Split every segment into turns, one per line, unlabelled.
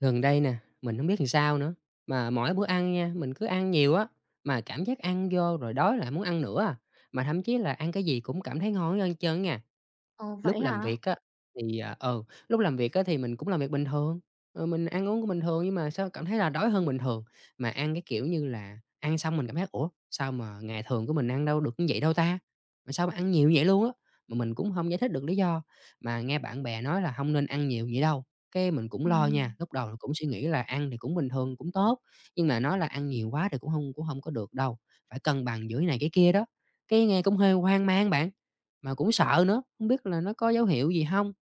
Gần đây nè, mình không biết làm sao nữa, mà mỗi bữa ăn nha, mình cứ ăn nhiều á, mà cảm giác ăn vô rồi đói lại muốn ăn nữa à, mà thậm chí là ăn cái gì cũng cảm thấy ngon hết trơn nha.
Ồ,
Lúc
vậy
làm
hả?
việc á, thì, ờ ừ, lúc làm việc á thì mình cũng làm việc bình thường, mình ăn uống cũng bình thường nhưng mà sao cảm thấy là đói hơn bình thường. Mà ăn cái kiểu như là ăn xong mình cảm thấy: "Ủa, sao mà ngày thường của mình ăn đâu được như vậy đâu ta? Mà sao mà ăn nhiều vậy luôn á?" Mà mình cũng không giải thích được lý do, mà nghe bạn bè nói là không nên ăn nhiều vậy đâu, cái mình cũng lo nha.
Ừm,
Lúc đầu cũng suy nghĩ là ăn thì cũng bình thường, cũng tốt, nhưng mà nói là ăn nhiều quá thì cũng không có được đâu, phải cân bằng giữa này cái kia đó, cái nghe cũng hơi hoang mang bạn. Mà cũng sợ nữa, không biết là nó có dấu hiệu gì không.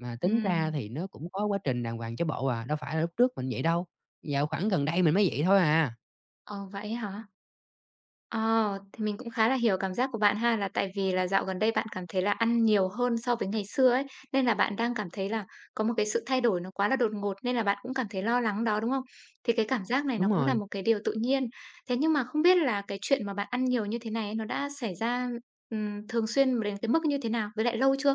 Mà tính ra
ừm,
thì nó cũng có quá trình đàng hoàng chứ bộ à, đâu phải là lúc trước mình vậy đâu, dạo khoảng gần đây mình mới vậy thôi à.
ờ, vậy hả? Ờ, thì mình cũng khá là hiểu cảm giác của bạn ha, là tại vì là dạo gần đây bạn cảm thấy là ăn nhiều hơn so với ngày xưa ấy, nên là bạn đang cảm thấy là có một cái sự thay đổi nó quá là đột ngột, nên là bạn cũng cảm thấy lo lắng đó, đúng không? Thì cái cảm giác này nó
Đúng
cũng là
rồi.
một cái điều tự nhiên. Thế nhưng mà không biết là cái chuyện mà bạn ăn nhiều như thế này ấy, nó đã xảy ra, thường xuyên đến cái mức như thế nào, với lại lâu chưa?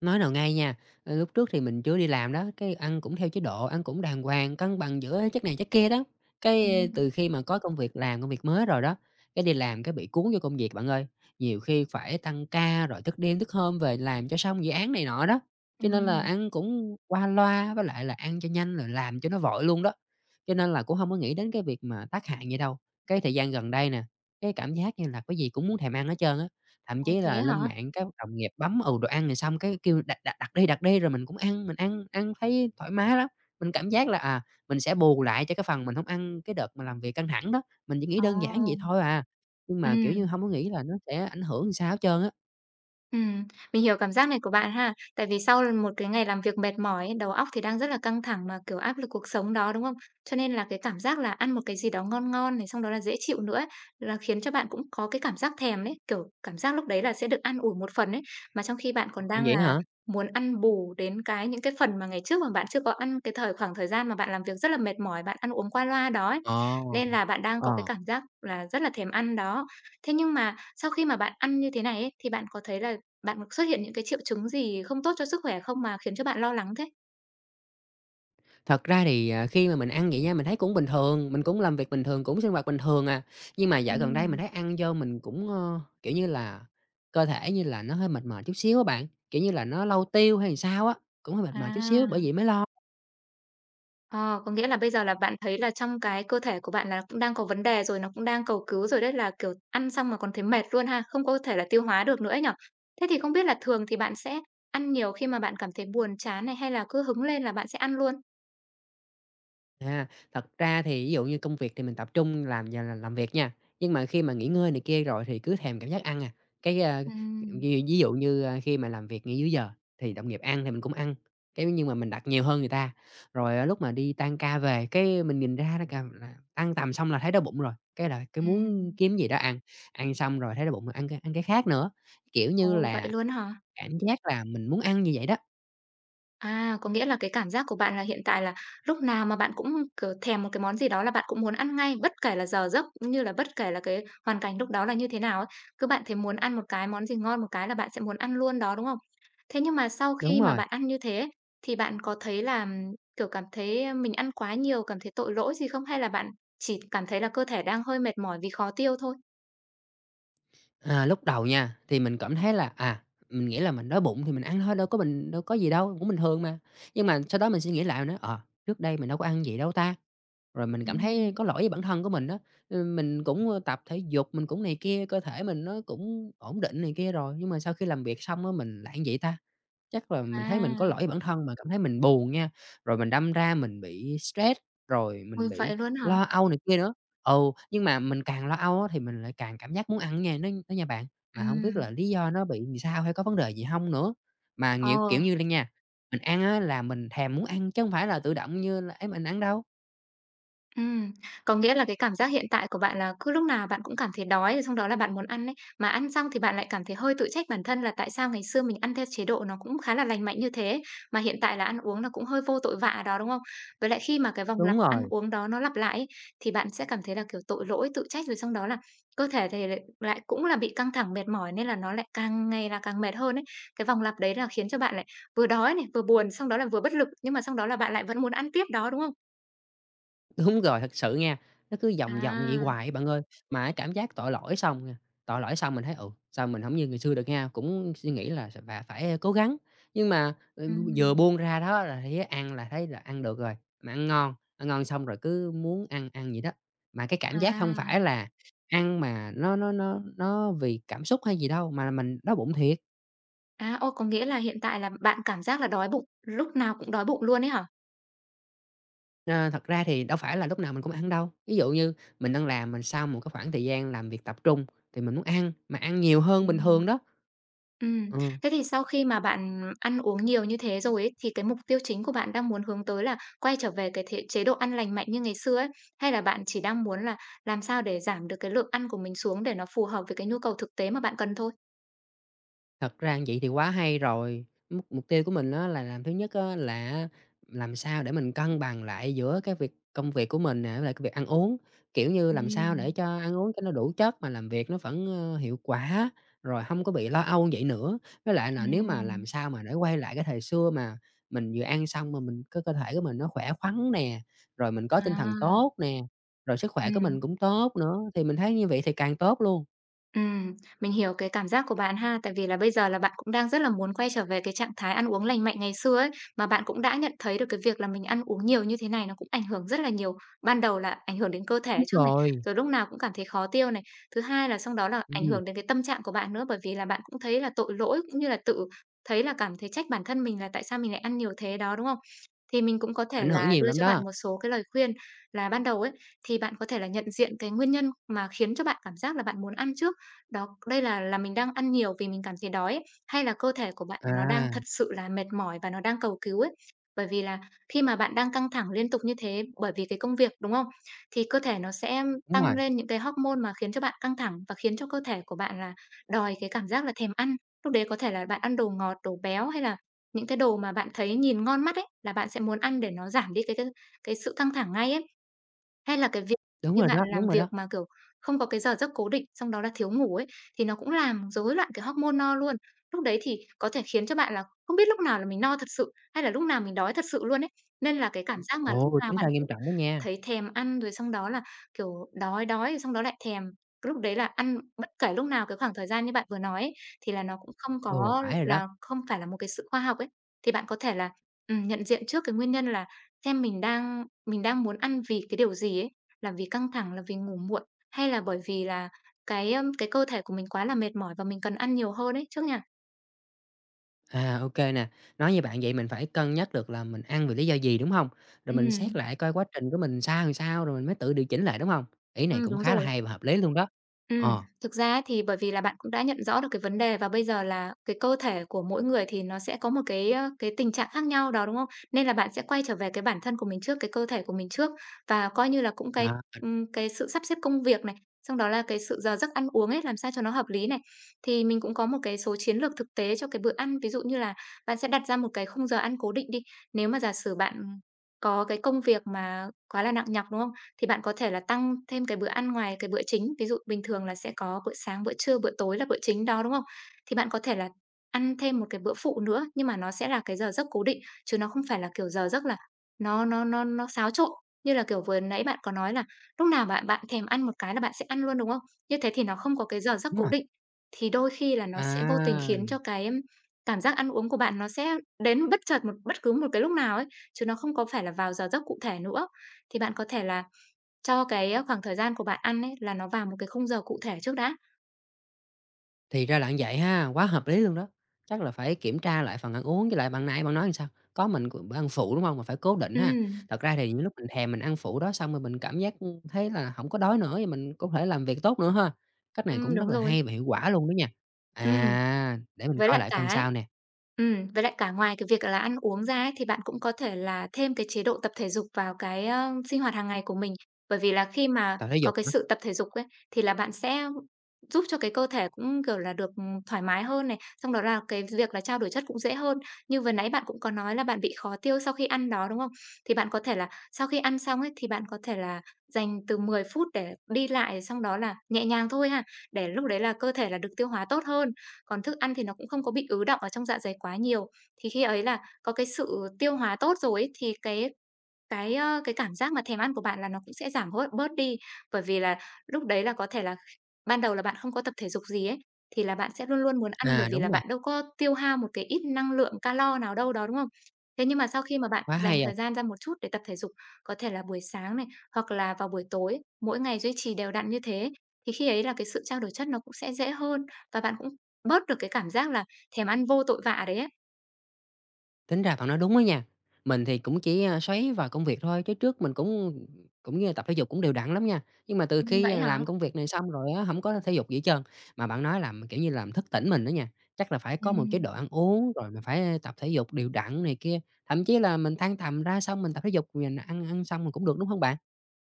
Nói nào ngay nha, lúc trước thì mình chưa đi làm đó, cái ăn cũng theo chế độ, ăn cũng đàng hoàng, cân bằng giữa chất này chất kia đó.
Ừm.
Từ khi mà có công việc làm, công việc mới rồi đó, cái đi làm cái bị cuốn vô công việc bạn ơi. Nhiều khi phải tăng ca rồi thức đêm thức hôm về làm cho xong dự án này nọ đó. Cho nên là
Ừm,
ăn cũng qua loa với lại là ăn cho nhanh rồi làm cho nó vội luôn đó. Cho nên là cũng không có nghĩ đến cái việc mà tác hại gì đâu. Cái thời gian gần đây nè, cái cảm giác như là cái gì cũng muốn thèm ăn hết trơn á. Thậm
ồ,
chí
thế
là
hả?
lên mạng cái đồng nghiệp bấm, đồ ăn thì xong cái kêu đặt đặt đặt đi, rồi mình cũng ăn, mình ăn ăn thấy thoải mái lắm. Mình cảm giác là, mình sẽ bù lại cho cái phần mình không ăn cái đợt mà làm việc căng thẳng đó, mình chỉ nghĩ đơn giản vậy
Ồ,
thôi à, nhưng mà, kiểu như,
ừm.
không có nghĩ là nó sẽ ảnh hưởng sao hết trơn á.
Ừm, mình hiểu cảm giác này của bạn ha. Tại vì sau một cái ngày làm việc mệt mỏi ấy, đầu óc thì đang rất là căng thẳng mà, kiểu, áp lực cuộc sống đó, đúng không? Cho nên là cái cảm giác là ăn một cái gì đó ngon ngon này, xong đó là dễ chịu nữa ấy, là khiến cho bạn cũng có cái cảm giác thèm đấy, kiểu, cảm giác lúc đấy là sẽ được ăn ủi một phần ấy. Mà trong khi bạn
Ờ,
còn đang
vậy
là
hả?
muốn ăn bù đến cái những cái phần mà ngày trước mà bạn chưa có ăn, cái thời khoảng thời gian mà bạn làm việc rất là mệt mỏi, bạn ăn uống qua loa đó ấy,
Ồ
nên là bạn đang
ờ.
có cái cảm giác là rất là thèm ăn đó. Thế nhưng mà sau khi mà bạn ăn như thế này ấy, thì bạn có thấy là bạn có xuất hiện những cái triệu chứng gì không tốt cho sức khỏe không mà khiến cho bạn lo lắng thế?
Thật ra thì, khi mà mình ăn vậy nha, mình thấy cũng bình thường, mình cũng làm việc bình thường, cũng sinh hoạt bình thường à. Nhưng mà dạo gần đây mình thấy
Ừm,
ăn vô mình cũng, kiểu như là, cơ thể như là nó hơi mệt mỏi chút xíu á bạn, kiểu như là, nó lâu tiêu hay sao á, cũng hơi mệt mỏi chút xíu bởi
à,
vậy mới lo.
ờ, có nghĩa là bây giờ là bạn thấy là trong cái cơ thể của bạn là cũng đang có vấn đề rồi, nó cũng đang cầu cứu rồi đấy, là, kiểu, ăn xong mà còn thấy mệt luôn ha, không có thể là tiêu hóa được nữa ấy nhỉ? Thế thì không biết là thường thì bạn sẽ ăn nhiều khi mà bạn cảm thấy buồn chán này, hay là cứ hứng lên là bạn sẽ ăn luôn?
À, thật ra thì ví dụ như công việc thì mình tập trung làm và là làm việc nha, nhưng mà khi mà nghỉ ngơi này kia rồi thì cứ thèm cảm giác ăn à. Cái, a,
Ừm,
ví ví dụ như, khi mà làm việc nghỉ dưới giờ thì đồng nghiệp ăn thì mình cũng ăn, cái nhưng mà mình đặt nhiều hơn người ta. Rồi, lúc mà đi tan ca về cái mình nhìn ra đó cà là tan tầm xong là thấy đói bụng rồi, cái là cái muốn
ừm,
kiếm gì đó ăn, ăn xong rồi thấy đói bụng rồi ăn cái khác nữa, kiểu như
ồ, vậy
là,
luôn hả?
cảm giác là mình muốn ăn như vậy đó.
À, có nghĩa là cái cảm giác của bạn là hiện tại là lúc nào mà bạn cũng, kiểu, thèm một cái món gì đó là bạn cũng muốn ăn ngay, bất kể là giờ giấc, cũng như là bất kể là cái hoàn cảnh lúc đó là như thế nào ấy. Cứ bạn thấy muốn ăn một cái món gì ngon một cái là bạn sẽ muốn ăn luôn đó, đúng không? Thế nhưng mà sau
Đúng
khi mà
rồi.
bạn ăn như thế ấy, thì bạn có thấy là, kiểu, cảm thấy mình ăn quá nhiều, cảm thấy tội lỗi gì không? Hay là bạn chỉ cảm thấy là cơ thể đang hơi mệt mỏi vì khó tiêu thôi?
À, lúc đầu nha, thì mình cảm thấy là, mình nghĩ là mình đói bụng thì mình ăn thôi, đâu có mình đâu có gì đâu, cũng bình thường mà. Nhưng mà sau đó mình suy nghĩ lại mình nói, trước đây mình đâu có ăn gì đâu ta? Rồi mình cảm thấy
Ừm.
có lỗi với bản thân của mình đó. Ừ, mình cũng, tập thể dục, mình cũng này kia, cơ thể mình nó cũng ổn định này kia rồi, nhưng mà sau khi làm việc xong á, mình lại ăn vậy ta? Chắc là mình thấy mình có
À,
lỗi với bản thân, mà cảm thấy mình buồn nha, rồi mình đâm ra mình bị stress, rồi mình
ôi,
bị
vậy luôn hả?
lo âu này kia nữa. Ừ, nhưng mà mình càng lo âu á thì mình lại càng cảm giác muốn ăn nha, nó đó nha bạn,
Ừ,
mà không biết là lý do nó bị làm sao hay có vấn đề gì không nữa. Mà nghiệu kiểu
ờ.
như là nha, mình ăn á là mình thèm muốn ăn chứ không phải là tự động như là ấy mình ăn đâu.
Ừm, có nghĩa là cái cảm giác hiện tại của bạn là cứ lúc nào bạn cũng cảm thấy đói, rồi xong đó là bạn muốn ăn ấy. Mà ăn xong thì bạn lại cảm thấy hơi tự trách bản thân là tại sao ngày xưa mình ăn theo chế độ nó cũng khá là lành mạnh như thế, ấy, mà hiện tại là ăn uống là cũng hơi vô tội vạ đó, đúng không? Với lại khi mà cái vòng lặp
Đúng
ăn
rồi.
uống đó nó lặp lại ấy, thì bạn sẽ cảm thấy là, kiểu, tội lỗi, tự trách, rồi xong đó là cơ thể thì lại lại cũng là bị căng thẳng, mệt mỏi nên là nó lại càng ngày là càng mệt hơn ấy. Cái vòng lặp đấy là khiến cho bạn lại vừa đói này, vừa buồn, xong đó là vừa bất lực, nhưng mà xong đó là bạn lại vẫn muốn ăn tiếp đó, đúng không?
Đúng rồi, thật sự nha, nó cứ vòng vòng vậy
À.
hoài á bạn ơi. Mà cái cảm giác tội lỗi xong nha, tội lỗi xong mình thấy, ừ, sao mình không như ngày xưa được nha cũng suy nghĩ là sẽ và phải cố gắng. Nhưng mà, ừ, vừa
Ừm,
buông ra đó là thấy ăn là thấy là ăn được rồi, mà ăn ngon xong rồi cứ muốn ăn ăn vậy đó. Mà cái cảm giác không
à,
phải là ăn mà nó vì cảm xúc hay gì đâu, mà là mình đói bụng thiệt.
ô, có nghĩa là hiện tại là bạn cảm giác là đói bụng, lúc nào cũng đói bụng luôn ấy hả?
Ờ, thật ra thì đâu phải là lúc nào mình cũng ăn đâu. Ví dụ như mình đang làm, mình sau một cái khoảng thời gian làm việc tập trung thì mình muốn ăn, mà ăn nhiều hơn bình
Ừm.
thường đó.
Ừm,
Ờ.
thế thì sau khi mà bạn ăn uống nhiều như thế rồi ấy, thì cái mục tiêu chính của bạn đang muốn hướng tới là quay trở về cái thể chế độ ăn lành mạnh như ngày xưa ấy, hay là bạn chỉ đang muốn là làm sao để giảm được cái lượng ăn của mình xuống để nó phù hợp với cái nhu cầu thực tế mà bạn cần thôi?
Thật ra vậy thì quá hay rồi. Mục mục tiêu của mình á là thứ nhất á là làm sao để mình cân bằng lại giữa cái việc công việc của mình nè, với lại cái việc ăn uống, kiểu như, làm sao để
Ừm,
cho ăn uống cho nó đủ chất mà làm việc nó vẫn, hiệu quả, rồi không có bị lo âu vậy nữa. Với lại là nếu mà
ừm,
làm sao mà để quay lại cái thời xưa mà mình vừa ăn xong mà mình cái cơ thể của mình nó khỏe khoắn nè, rồi mình có tinh thần
à,
tốt nè, rồi sức khỏe của
ừm.
mình cũng tốt nữa, thì mình thấy như vậy thì càng tốt luôn.
Ừm, mình hiểu cái cảm giác của bạn ha, tại vì là bây giờ là bạn cũng đang rất là muốn quay trở về cái trạng thái ăn uống lành mạnh ngày xưa ấy, mà bạn cũng đã nhận thấy được cái việc là mình ăn uống nhiều như thế này nó cũng ảnh hưởng rất là nhiều. Ban đầu là ảnh hưởng đến cơ thể
Đúng
trước này,
rồi,
rồi lúc nào cũng cảm thấy khó tiêu này. Thứ hai là xong đó là ảnh
ừm,
hưởng đến cái tâm trạng của bạn nữa, bởi vì là bạn cũng thấy là tội lỗi cũng như là tự thấy là cảm thấy trách bản thân mình là tại sao mình lại ăn nhiều thế đó, đúng không? Thì mình cũng có thể
ảnh hưởng
là
nhiều
đưa
lắm
cho
đó.
bạn một số cái lời khuyên là ban đầu ấy, thì bạn có thể là nhận diện cái nguyên nhân mà khiến cho bạn cảm giác là bạn muốn ăn trước. Đó, đây là mình đang ăn nhiều vì mình cảm thấy đói ấy, hay là cơ thể của bạn nó
À,
đang thật sự là mệt mỏi và nó đang cầu cứu ấy? Bởi vì là khi mà bạn đang căng thẳng liên tục như thế bởi vì cái công việc, đúng không? Thì cơ thể nó sẽ
đúng
tăng
rồi,
lên những cái hormone mà khiến cho bạn căng thẳng và khiến cho cơ thể của bạn là đòi cái cảm giác là thèm ăn. Lúc đấy có thể là bạn ăn đồ ngọt, đồ béo hay là những cái đồ mà bạn thấy nhìn ngon mắt ấy, là bạn sẽ muốn ăn để nó giảm đi cái cái sự căng thẳng ngay ấy. Hay là cái việc
đúng
như
rồi
bạn
đó, đúng
làm
rồi
việc
đó.
mà, kiểu, không có cái giờ giấc cố định, xong đó là thiếu ngủ ấy, thì nó cũng làm rối loạn cái hormone no luôn. Lúc đấy thì có thể khiến cho bạn là không biết lúc nào là mình no thật sự, hay là lúc nào mình đói thật sự luôn ấy. Nên là cái cảm giác mà lúc
Ồ,
nào
tính ra
bạn
nghiêm
cũng
trọng đó nha.
thấy thèm ăn, rồi xong đó là, kiểu, đói đói, rồi xong đó lại thèm. Lúc đấy là ăn bất kể lúc nào cái khoảng thời gian như bạn vừa nói ấy, thì là nó cũng không
Ừ,
có
phải rồi đó.
là không phải là một cái sự khoa học ấy. Thì bạn có thể là, nhận diện trước cái nguyên nhân là xem mình đang muốn ăn vì cái điều gì ấy, là vì căng thẳng, là vì ngủ muộn, hay là bởi vì là cái, cái cơ thể của mình quá là mệt mỏi và mình cần ăn nhiều hơn ấy, trước nha.
À, ok nè, nói như bạn vậy mình phải cân nhắc được là mình ăn vì lý do gì, đúng không? Rồi
Ừ,
mình xét lại coi quá trình của mình sao làm sao, rồi mình mới tự điều chỉnh lại, đúng không? Ý này cũng
Đúng
khá là
rồi.
hay và hợp lý luôn đó.
Ừm,
Ờ,
thực ra á thì bởi vì là bạn cũng đã nhận rõ được cái vấn đề và bây giờ là cái cơ thể của mỗi người thì nó sẽ có một cái, cái tình trạng khác nhau đó, đúng không? Nên là bạn sẽ quay trở về cái bản thân của mình trước, cái cơ thể của mình trước và coi như là cũng
à,
cái sự sắp xếp công việc này, xong đó là cái sự giờ giấc ăn uống ấy, làm sao cho nó hợp lý này. Thì mình cũng có một cái số chiến lược thực tế cho cái bữa ăn, ví dụ như là bạn sẽ đặt ra một cái khung giờ ăn cố định đi. Nếu mà giả sử bạn có cái công việc mà quá là nặng nhọc, đúng không? Thì bạn có thể là tăng thêm cái bữa ăn ngoài cái bữa chính. Ví dụ bình thường là sẽ có bữa sáng, bữa trưa, bữa tối là bữa chính đó, đúng không? Thì bạn có thể là ăn thêm một cái bữa phụ nữa, nhưng mà nó sẽ là cái giờ giấc cố định, chứ nó không phải là kiểu giờ giấc là nó xáo trộn. Như là, kiểu, vừa nãy bạn có nói là lúc nào bạn bạn thèm ăn một cái là bạn sẽ ăn luôn, đúng không? Như thế thì nó không có cái giờ giấc
đúng
cố
rồi,
định, thì đôi khi là nó sẽ vô tình
à.
khiến cho cái em, cảm giác ăn uống của bạn nó sẽ đến bất chợt một bất cứ một cái lúc nào ấy, chứ nó không có phải là vào giờ giấc cụ thể nữa. Thì bạn có thể là cho cái, khoảng thời gian của bạn ăn ấy là nó vào một cái khung giờ cụ thể trước đã.
Thì ra là như vậy ha, quá hợp lý luôn đó. Chắc là phải kiểm tra lại phần ăn uống với lại bạn nãy bạn nói làm sao? Có mình c bữa ăn phụ, đúng không mà phải cố định ha.
Ừm,
Thật ra thì những lúc mình thèm mình ăn phụ đó xong rồi mình cảm giác, thấy là không có đói nữa thì mình có thể làm việc tốt nữa ha. Cách này cũng rất
đúng
là
rồi.
hay và hiệu quả luôn đó nha.
Ừm.
À, để mình
Với
coi
lại
lại
cả
coi
ấy
sao nè,
với lại cả ngoài cái việc là ăn uống ra ấy, thì bạn cũng có thể là thêm cái chế độ tập thể dục vào cái, sinh hoạt hàng ngày của mình. Bởi vì là khi mà
tập thể
có
dục
cái
hả?
sự tập thể dục ấy, thì là bạn sẽ giúp cho cái cơ thể cũng, kiểu là, được, thoải mái hơn này, xong đó là cái việc là trao đổi chất cũng dễ hơn. Như vừa nãy bạn cũng có nói là bạn bị khó tiêu sau khi ăn đó, đúng không? Thì bạn có thể là sau khi ăn xong ấy, thì bạn có thể là dành từ 10 phút để đi lại, xong đó là nhẹ nhàng thôi ha, để lúc đấy là cơ thể là được tiêu hóa tốt hơn, còn thức ăn thì nó cũng không có bị ứ đọng ở trong dạ dày quá nhiều. Thì khi ấy là có cái sự tiêu hóa tốt rồi ấy, thì cái cảm giác mà thèm ăn của bạn là nó cũng sẽ giảm hốt bớt đi, bởi vì là lúc đấy là có thể là ban đầu là bạn không có tập thể dục gì ấy, thì là bạn sẽ luôn luôn muốn ăn bởi
À,
vì là
đúng rồi,
bạn đâu có tiêu hao một cái ít năng lượng calo nào đâu đó, đúng không? Thế nhưng mà sau khi mà bạn
quá
dành
hay à.
thời gian ra một chút để tập thể dục, có thể là buổi sáng này, hoặc là vào buổi tối, mỗi ngày duy trì đều đặn như thế, thì khi ấy là cái sự trao đổi chất nó cũng sẽ dễ hơn và bạn cũng bớt được cái cảm giác là thèm ăn vô tội vạ đấy ấy.
Tính ra bạn nói đúng đó nha. Mình thì cũng chỉ, xoáy vào công việc thôi, chứ trước mình cũng cũng như là tập thể dục cũng đều đặn lắm nha, nhưng mà từ khi
Vậy
làm
hả?
công việc này xong rồi á, hổng có thể dục gì hết trơn. Mà bạn nói làm, kiểu như, làm thức tỉnh mình đó nha, chắc là phải có một chế
Ừm.
độ ăn uống, rồi mình phải tập thể dục đều đặn này kia, thậm chí là mình tan tầm ra xong mình tập thể dục, mình ăn ăn xong mình cũng được, đúng không bạn?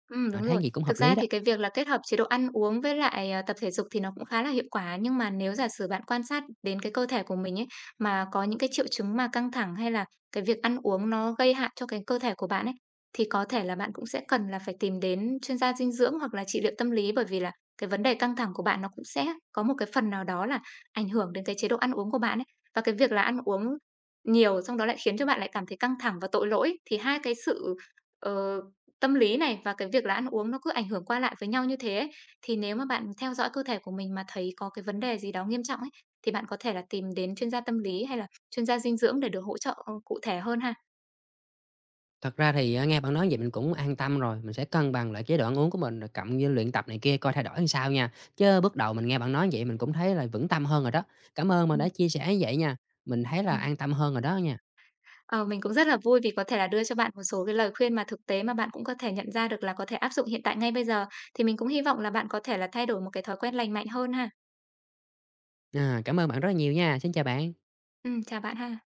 Mà
Đúng
thấy
rồi.
gì cũng
Thực
hợp lý
ra
đó.
thì cái việc là kết hợp chế độ ăn uống với lại, à, tập thể dục thì nó cũng khá là hiệu quả, nhưng mà nếu giả sử bạn quan sát đến cái cơ thể của mình ấy, mà có những cái triệu chứng mà căng thẳng hay là cái việc ăn uống nó gây hại cho cái cơ thể của bạn ấy, thì có thể là bạn cũng sẽ cần là phải tìm đến chuyên gia dinh dưỡng hoặc là trị liệu tâm lý, bởi vì là cái vấn đề căng thẳng của bạn nó cũng sẽ có một cái phần nào đó là ảnh hưởng đến cái chế độ ăn uống của bạn ấy. Và cái việc là ăn uống nhiều xong đó lại khiến cho bạn lại cảm thấy căng thẳng và tội lỗi, thì hai cái sự, ờ, Tâm lý này và cái việc là ăn uống nó cứ ảnh hưởng qua lại với nhau như thế ấy, thì nếu mà bạn theo dõi cơ thể của mình mà thấy có cái vấn đề gì đó nghiêm trọng ấy, thì bạn có thể là tìm đến chuyên gia tâm lý hay là chuyên gia dinh dưỡng để được hỗ trợ, cụ thể hơn ha.
Thật ra thì á, nghe bạn nói vậy mình cũng an tâm rồi, mình sẽ cân bằng lại chế độ ăn uống của mình rồi cộng với luyện tập này kia coi thay đổi làm sao nha. Chứ bước đầu mình nghe bạn nói vậy mình cũng thấy là vững tâm hơn rồi đó. Cảm ơn bạn đã
Ừm,
chia sẻ như vậy nha, mình thấy là
ừm.
an tâm hơn rồi đó nha.
Ờ, mình cũng rất là vui vì có thể là đưa cho bạn một số cái lời khuyên mà thực tế mà bạn cũng có thể nhận ra được là có thể áp dụng hiện tại ngay bây giờ. Thì mình cũng hy vọng là bạn có thể là thay đổi một cái thói quen lành mạnh hơn ha.
À, cảm ơn bạn rất là nhiều nha, xin chào bạn.
Chào bạn ha.